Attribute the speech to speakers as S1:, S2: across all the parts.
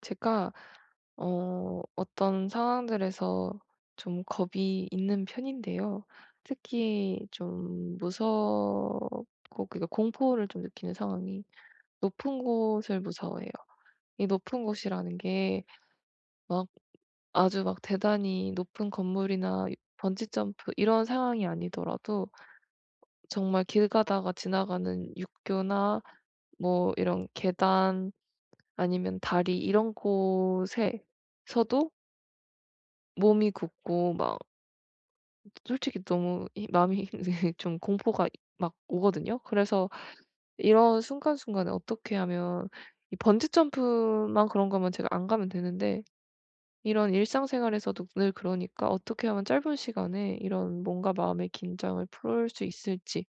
S1: 제가 어떤 상황들에서 좀 겁이 있는 편인데요. 특히 좀 무섭고, 그러니까 공포를 좀 느끼는 상황이 높은 곳을 무서워해요. 이 높은 곳이라는 게 막 아주 막 대단히 높은 건물이나 번지점프 이런 상황이 아니더라도 정말 길 가다가 지나가는 육교나 뭐 이런 계단, 아니면 다리 이런 곳에서도 몸이 굳고 막 솔직히 너무 이 마음이 좀 공포가 막 오거든요. 그래서 이런 순간순간에 어떻게 하면, 이 번지 점프만 그런 거면 제가 안 가면 되는데 이런 일상생활에서도 늘, 그러니까 어떻게 하면 짧은 시간에 이런 뭔가 마음의 긴장을 풀 수 있을지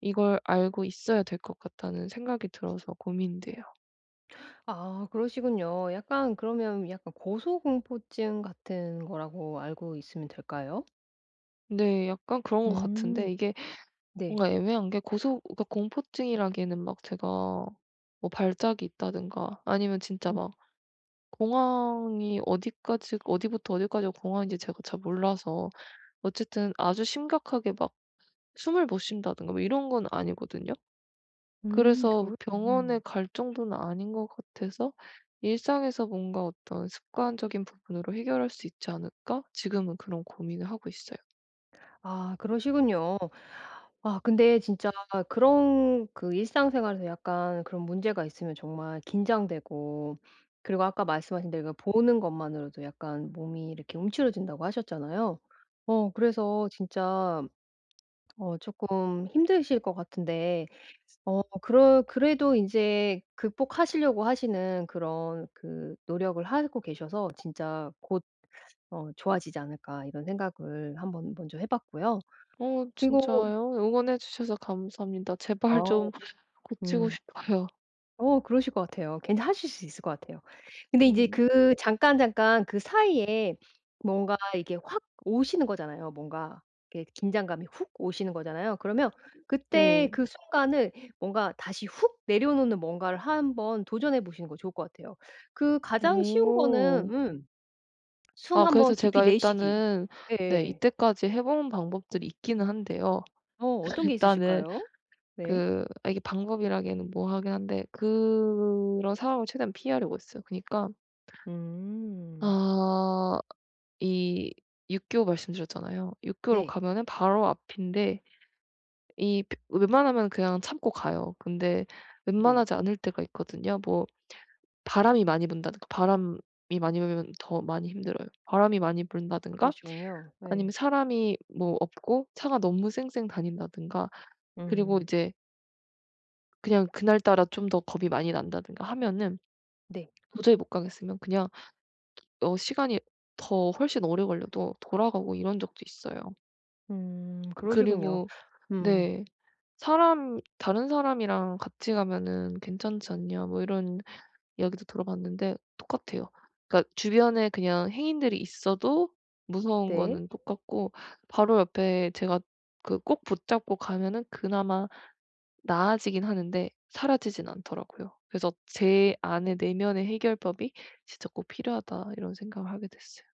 S1: 이걸 알고 있어야 될 것 같다는 생각이 들어서 고민돼요.
S2: 아 그러시군요. 약간 그러면 약간 고소공포증 같은 거라고 알고 있으면 될까요?
S1: 네, 약간 그런 것
S2: 음.
S1: 같은데 이게
S2: 네.
S1: 뭔가 애매한 게, 고소 그러니까 공포증이라기에는 막 제가 뭐 발작이 있다든가 아니면 진짜
S2: 음
S1: 막 공황이 어디까지 어디부터 어디까지 공황인지 제가 잘 몰라서, 어쨌든 아주 심각하게 막 숨을 못 쉰다든가 뭐 이런 건 아니거든요. 그래서
S2: 그러
S1: 병원에 갈 정도는 아닌 것 같아서 일상에서 뭔가 어떤 습관적인 부분으로 해결할 수 있지 않을까? 지금은 그런 고민을 하고 있어요.
S2: 아 그러시군요. 아 근데 진짜 그런 그 일상생활에서 약간 그런 문제가 있으면 정말 긴장되고, 그리고 아까 말씀하신 대로 보는 것만으로도 약간 몸이 이렇게 움츠러진다고 하셨잖아요. 그래서 진짜 조금 힘드실 것 같은데, 어 그러 그래도 이제 극복하시려고 하시는 그런 그 노력을 하고 계셔서 진짜 곧 '좋아지지 않을까.' 이런 생각을 한번 먼저 해 봤고요.
S1: 어
S2: 그리고
S1: 진짜요? 응원해 주셔서 감사합니다.
S2: 아.
S1: 제발 좀 고치고
S2: 음.
S1: 싶어요.
S2: 그러실 것 같아요. 괜히 하실 수 있을 것 같아요. 근데 이제
S1: 음.
S2: 그 잠깐 잠깐 그 사이에 뭔가 이게 확 오시는 거잖아요. 뭔가 이렇게 긴장감이 훅 오시는 거잖아요. 그러면 그때
S1: 네.
S2: 그 순간을 뭔가 다시 훅 내려놓는 뭔가를 한번 도전해 보시는 거 좋을 것 같아요. 그 가장 쉬운 거는
S1: 오.
S2: 음, 숨
S1: 아,
S2: 한번
S1: 그래서
S2: 깊이
S1: 제가
S2: 내쉬기.
S1: 일단은, 네,
S2: 예예.
S1: 이때까지 해본 방법들이 있기는 한데요.
S2: 어떤 게
S1: 일단은
S2: 있으실까요? 네.
S1: 그 아 이게 방법이라기에는 뭐하긴 한데, 그런 상황을 최대한 피하려고 했어요. 그니까
S2: 음.
S1: 아 이 육교 말씀드렸잖아요. 육교로
S2: 네.
S1: 가면은 바로 앞인데 이 벼 웬만하면 그냥 참고 가요. 근데
S2: 네.
S1: 웬만하지 않을 때가 있거든요. 뭐 바람이 많이 불면 더 많이 힘들어요. 바람이 많이 분다든가
S2: 그러시군요.
S1: 아니면
S2: 예.
S1: 사람이 뭐 없고 차가 너무 쌩쌩 다닌다든가, 그리고
S2: 음.
S1: 이제 그냥 그날따라 좀 더 겁이 많이 난다든가 하면은
S2: 네.
S1: 도저히 못 가겠으면 그냥 시간이 더 훨씬 오래 걸려도 돌아가고 이런 적도 있어요.
S2: 그러시군요.
S1: 그리고.
S2: 음.
S1: 네. 사람 "다른 사람이랑 같이 가면은 괜찮지 않냐?" 뭐 이런 이야기도 들어봤는데 똑같아요. 그러니까 주변에 그냥 행인들이 있어도 무서운
S2: 네.
S1: 거는 똑같고, 바로 옆에 제가 그 꼭 붙잡고 가면은 그나마 나아지긴 하는데 사라지진 않더라고요. 그래서 제 안에 내면의 해결법이 진짜 꼭 필요하다, 이런 생각을 하게 됐어요.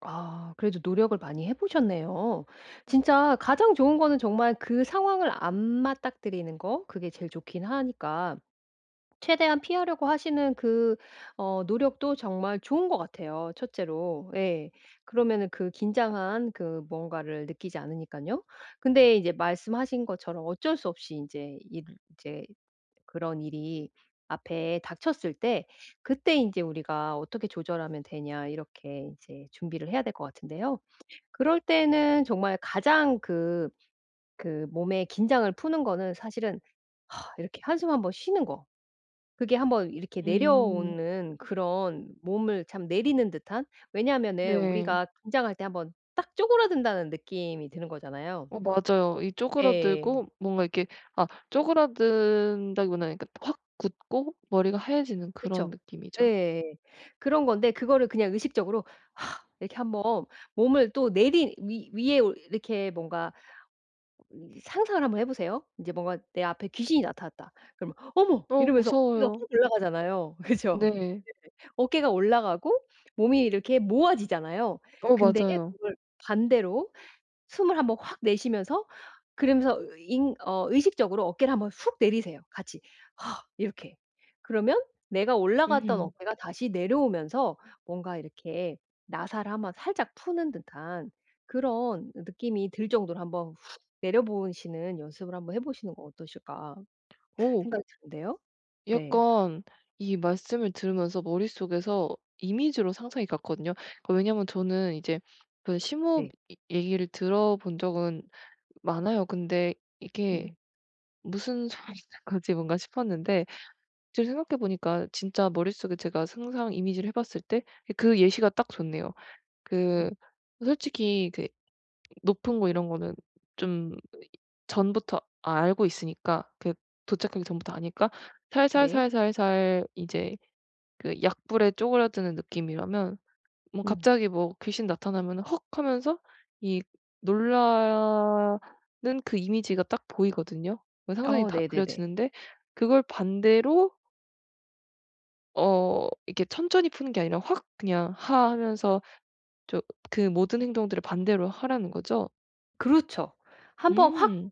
S2: 아 그래도 노력을 많이 해 보셨네요. 진짜 가장 좋은 거는 정말 그 상황을 안 맞닥뜨리는 거, 그게 제일 좋긴 하니까 최대한 피하려고 하시는 그 노력도 정말 좋은 것 같아요 첫째로. 예. 그러면은 그 긴장한 그 뭔가를 느끼지 않으니까요. 근데 이제 말씀하신 것처럼 어쩔 수 없이 이제 일 이제 그런 일이 앞에 닥쳤을 때, 그때 인제 우리가 어떻게 조절하면 되냐, 이렇게 이제 준비를 해야 될 것 같은데요. 그럴 때는 정말 가장 그 몸의 긴장을 푸는 거는 사실은 이렇게 한숨 한번 쉬는 거. 그게 한번 이렇게
S1: 음.
S2: 내려오는 그런 몸을 참 내리는 듯한. 왜냐하면은
S1: 네.
S2: 우리가 긴장할 때 한번 딱 쪼그라든다는 느낌이 드는 거잖아요.
S1: 어 맞아요. 이
S2: 예.
S1: 쪼그라들고 뭔가 이렇게, 아, 쪼그라든다기보다는 그러니까 확 굳고 머리가 하얘지는 그런
S2: 그쵸.
S1: 느낌이죠.
S2: 예예. 그런 건데 그거를 그냥 의식적으로 이렇게 한번 몸을 또 내린 위 위에 올 이렇게 뭔가 상상을 한번 해 보세요. 이제 뭔가 내 앞에 귀신이 나타났다. 그러면 "어머!"
S1: 어
S2: 이러면서 어깨가 확
S1: 무서워요.
S2: 올라가잖아요. 그죠?
S1: 네.
S2: 어깨가 올라가고 몸이 이렇게 모아지잖아요.
S1: 어
S2: 근데
S1: 맞아요.
S2: 그걸 반대로 숨을 한번 확 내쉬면서, 그러면서 인 어 의식적으로 어깨를 한번 훅 내리세요 같이. 이렇게. 그러면 내가 올라갔던
S1: 음.
S2: 어깨가 다시 내려오면서 뭔가 이렇게 나사를 한번 살짝 푸는 듯한 그런 느낌이 들 정도로 한번 훅 내려보시는 연습을 한번 해 보시는 건 어떠실까
S1: 오,
S2: 생각이 드는데요. 네.
S1: 약간 이 말씀을 들으면서 머릿속에서 이미지로 상상이 갔거든요. 그 왜냐면 저는 이제 그 심호흡
S2: 네.
S1: 이 얘기를 들어본 적은 많아요. 근데 이게
S2: 음.
S1: '무슨 소리인 거지?' 뭔가 싶었는데 지금 생각해 보니까 진짜 머릿속에 제가 상상 이미지를 해 봤을 때 그 예시가 딱 좋네요. 그
S2: 네.
S1: 솔직히 그 높은 거 이런 거는 좀 전부터 알고 있으니까, 그 도착하기 전부터 아니까
S2: 네.
S1: 살살살살살 이제 그 약불에 쪼그라드는 느낌이라면, 뭐
S2: 음.
S1: 갑자기 뭐 귀신 나타나면은 "헉." 하면서 이 놀라는 그 이미지가 딱 보이거든요. 그 상상이
S2: 어,
S1: 다
S2: 네네네.
S1: 그려지는데 그걸 반대로 이렇게 천천히 푸는 게 아니라 확 그냥 "하." 하면서 저 그 모든 행동들을 반대로 하라는 거죠?
S2: 그렇죠. 한번 확
S1: 음.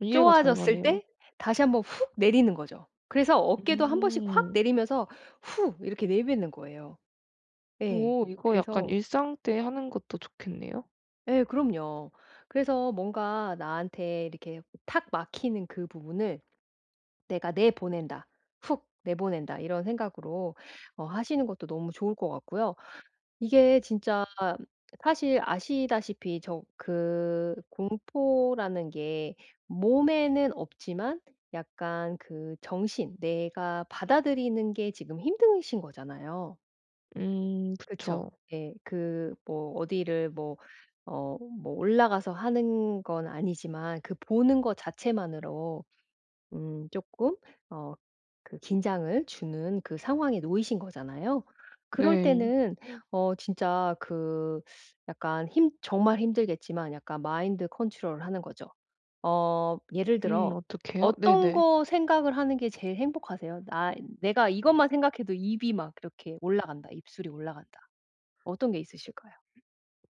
S1: 이해가 잘
S2: 쪼아졌을
S1: 가네요.
S2: 때 다시 한번 훅 내리는 거죠. 그래서 어깨도 한 번씩 확
S1: 음.
S2: 내리면서 후 이렇게 내뱉는 거예요. 예.
S1: 오, 이거 약간
S2: 그래서
S1: 일상 때 하는 것도 좋겠네요.
S2: 예, 그럼요. 그래서 뭔가 나한테 이렇게 탁 막히는 그 부분을 '내가 내보낸다. 훅 내보낸다.' 이런 생각으로 하시는 것도 너무 좋을 것 같고요. 이게 진짜 사실 아시다시피 그 공포라는 게 몸에는 없지만 약간 그 정신, 내가 받아들이는 게 지금 힘드신 거잖아요. 그쵸?
S1: 그쵸.
S2: 예. 그 뭐 어디를 뭐 뭐 올라가서 하는 건 아니지만 그 보는 것 자체만으로 음, 조금 어 그 긴장을 주는 그 상황에 놓이신 거잖아요. 그럴
S1: 네.
S2: 때는 진짜 그 약간 힘 정말 힘들겠지만 약간 마인드 컨트롤을 하는 거죠. 예를 들어
S1: 어떡해요?
S2: 어떤
S1: 네네.
S2: 거 생각을 하는 게 제일 행복하세요? 나 내가 이것만 생각해도 입이 막 이렇게 올라간다. 입술이 올라간다. 어떤 게 있으실까요?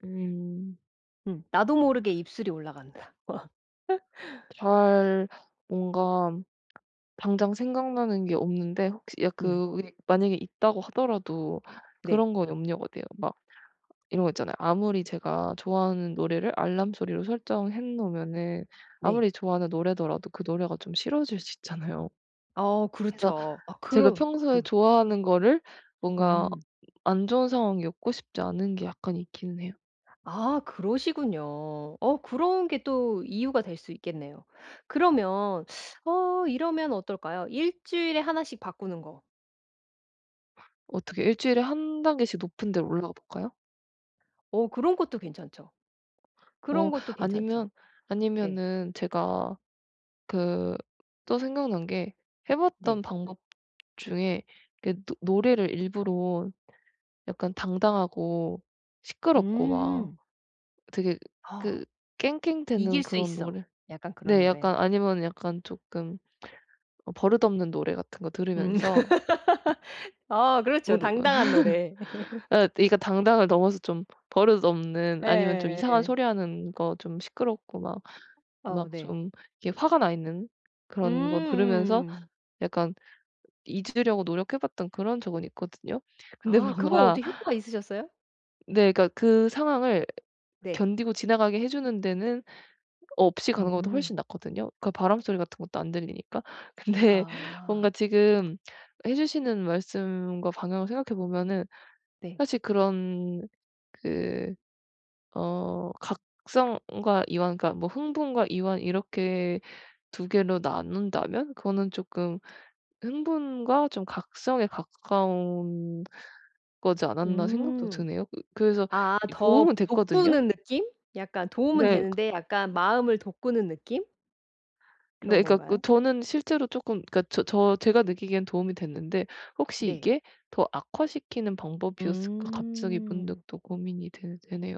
S1: 음.
S2: 음. 나도 모르게 입술이 올라간다.
S1: 잘 뭔가 당장 생각나는 게 없는데, 혹시 야
S2: 음.
S1: 그 만약에 있다고 하더라도
S2: 네.
S1: 그런 거 염려가 돼요. 막 이런 거 있잖아요. 아무리 제가 좋아하는 노래를 알람 소리로 설정해 놓으면은
S2: 네.
S1: 아무리 좋아하는 노래더라도 그 노래가 좀 싫어질 수 있잖아요.
S2: 어
S1: 그래서
S2: 그렇죠. 아
S1: 제가
S2: 그럼
S1: 평소에
S2: 그.
S1: 좋아하는 거를 뭔가
S2: 음.
S1: 안 좋은 상황이 없고 싶지 않은 게 약간 있기는 해요.
S2: 아 그러시군요. 그런 게 또 이유가 될 수 있겠네요. 그러면 이러면 어떨까요? 일 주일에 하나씩 바꾸는 거.
S1: 어떻게 일주일에 한 단계씩 높은 데로 올라가 볼까요?
S2: 그런 것도 괜찮죠. 그런
S1: 어
S2: 것도 괜찮죠.
S1: 아니면
S2: 네.
S1: 아니면은 제가 그 또 생각난 게, 해 봤던
S2: 네.
S1: 방법 중에 그 노 노래를 일부러 약간 당당하고 시끄럽고 막
S2: 음.
S1: 되게
S2: 아
S1: 그
S2: "이길
S1: 깽깽대는
S2: 수
S1: 그런
S2: 있어."
S1: 노래,
S2: 약간 그런
S1: 네
S2: 노래요.
S1: 약간 아니면 약간 조금 버릇없는 노래 같은 거
S2: 음.
S1: 들으면서.
S2: 아 그렇죠. 당당한 노래.
S1: 예 그러니까 당당을 넘어서 좀 버릇 없는, 아니면 좀 이상한
S2: 예예예.
S1: 소리 하는 거, 좀 시끄럽고 막
S2: 어,
S1: 막
S2: 네.
S1: 좀 이렇게 화가 나 있는 그런 거 들으면서
S2: 음음.
S1: 약간 잊으려고 노력해 봤던 그런 적은 있거든요. 근데
S2: 아 그거
S1: 뭔가,
S2: 어떻게 효과가 있으셨어요?
S1: 네, 그러니까 그 상황을
S2: 네.
S1: 견디고 지나가게 해 주는 데는 없이 가는 것보다
S2: 음.
S1: 훨씬 낫거든요. 그 바람 소리 같은 것도 안 들리니까. 근데
S2: 아
S1: 뭔가 지금 해 주시는 말씀과 방향을 생각해 보면은
S2: 네.
S1: 사실 그런 그 어 각성과 이완, 그러니까 뭐 흥분과 이완 이렇게 두 개로 나눈다면 그거는 조금 흥분과 좀 각성에 가까운 거지 않았나 생각도
S2: 음.
S1: 드네요. 그래서
S2: 아
S1: 이
S2: 더
S1: 도움은 됐거든요.
S2: 돋구는 느낌? 약간 도움은
S1: 네.
S2: 되는데 약간 마음을 돋구는 느낌? 그런
S1: 네, 그러니까 그,
S2: 건가요?
S1: 저는 실제로 조금, 그러니까 제가 느끼기엔 도움이 됐는데 혹시
S2: 네.
S1: 이게 더 악화시키는 방법이었을까, 갑자기 문득
S2: 음.
S1: 또 고민이 되 되네요.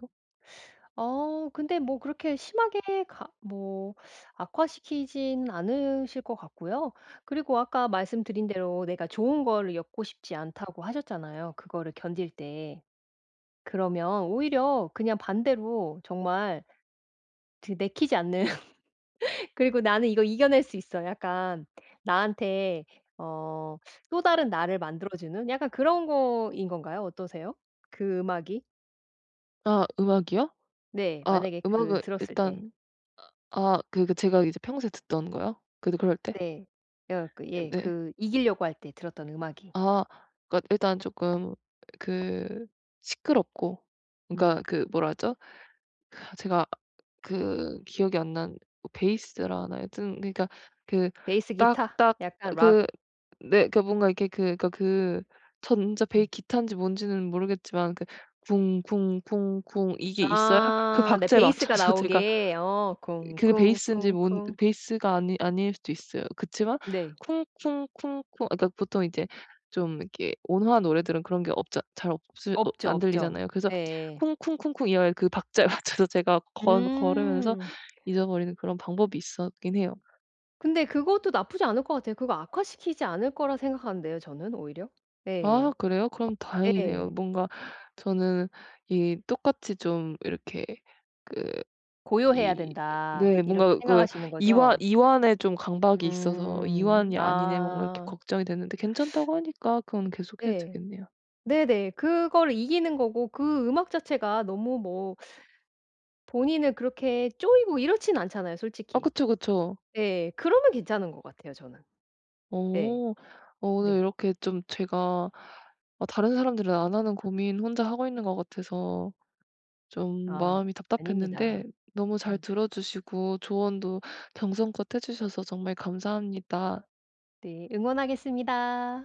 S2: 근데 뭐 그렇게 심하게 가 뭐 악화시키진 않으실 것 같고요. 그리고 아까 말씀드린 대로 내가 좋은 거를 엮고 싶지 않다고 하셨잖아요, 그거를 견딜 때. 그러면 오히려 그냥 반대로 정말 그 내키지 않는. 그리고 '나는 이거 이겨낼 수 있어.' 약간 나한테 어 또 다른 나를 만들어 주는 약간 그런 거인 건가요? 어떠세요? 그 음악이?
S1: 아, 음악이요?
S2: 네.
S1: 아
S2: 만약에
S1: 악
S2: 그
S1: 은
S2: 들었을 때.
S1: 일단, 아 그 제가 이제 평소에 듣던 거요? 그래도 그럴 때?
S2: 네. 여 그 예.
S1: 네.
S2: 그 이기려고 할 때 들었던 음악이.
S1: 아 그러니까 일단 쪼끔 그 시끄럽고,
S2: 음.
S1: 그러니까 그 뭐라 하죠? 아, 제가 그 기억이 안 난, 뭐 베이스라 하나요? 하여튼 그러니까 그
S2: 베이스 기타?
S1: 딱딱
S2: 약간 락.
S1: 그, 네 그러니까 뭔가 이렇게 그 그러니까 그 전자 베이
S2: 음.
S1: 기타인지 뭔지는 모르겠지만 그 쿵쿵쿵쿵 이게 있어야 그
S2: 아 네.
S1: 박자에
S2: 베이스가
S1: 맞춰서 제가,
S2: 나오게. 어
S1: 그게 베이스인지 뭔,
S2: 쿵쿵쿵쿵.
S1: 베이스가 아니 아닐 수도 있어요. 그치만
S2: 네.
S1: 쿵쿵쿵쿵, 그러니까 보통 이제 좀 이렇게 온화한 노래들은 그런 게 없자 잘 없을
S2: 없죠,
S1: 안
S2: 없죠.
S1: 들리잖아요. 그래서
S2: 예예.
S1: 쿵쿵쿵쿵 이어의 그 박자에 맞춰서 제가 걸 걸으면서
S2: 음.
S1: 잊어버리는 그런 방법이 있었긴 해요.
S2: 근데 그것도 나쁘지 않을 것 같아요. 그거 악화시키지 않을 거라 생각하는데요 저는 오히려.
S1: 아,
S2: 예.
S1: 그래요? 그럼
S2: 예.
S1: 다행이네요. 뭔가 저는 이 똑같이 좀 이렇게 그
S2: '고요해야
S1: 이,
S2: 된다.'
S1: 네,
S2: 이렇게
S1: 뭔가 그
S2: 생각하시는 거죠?
S1: 이완에 좀 강박이 있어서
S2: 음.
S1: '이완이 아니네.' 뭔가 이렇게
S2: 아.
S1: 걱정이 됐는데 괜찮다고 하니까 그건 계속해도
S2: 네.
S1: 되겠네요.
S2: 네네. 그거를 이기는 거고 그 음악 자체가 너무 뭐 본인을 그렇게 쪼이고 이렇진 않잖아요
S1: 아
S2: 솔직히.
S1: 그쵸, 그쵸.
S2: 예. 그러면 괜찮은 것 같아요 저는.
S1: 어.
S2: 예.
S1: 오늘
S2: 네.
S1: 이렇게 좀 제가, 아 다른 사람들은 안 하는 고민 혼자 하고 있는 것 같아서 좀
S2: 아
S1: 마음이
S2: 아닙니다.
S1: 답답했는데 너무 잘
S2: 음.
S1: 들어 주시고 조언도 정성껏 해 주셔서 정말 감사합니다.
S2: 네. 응원하겠습니다.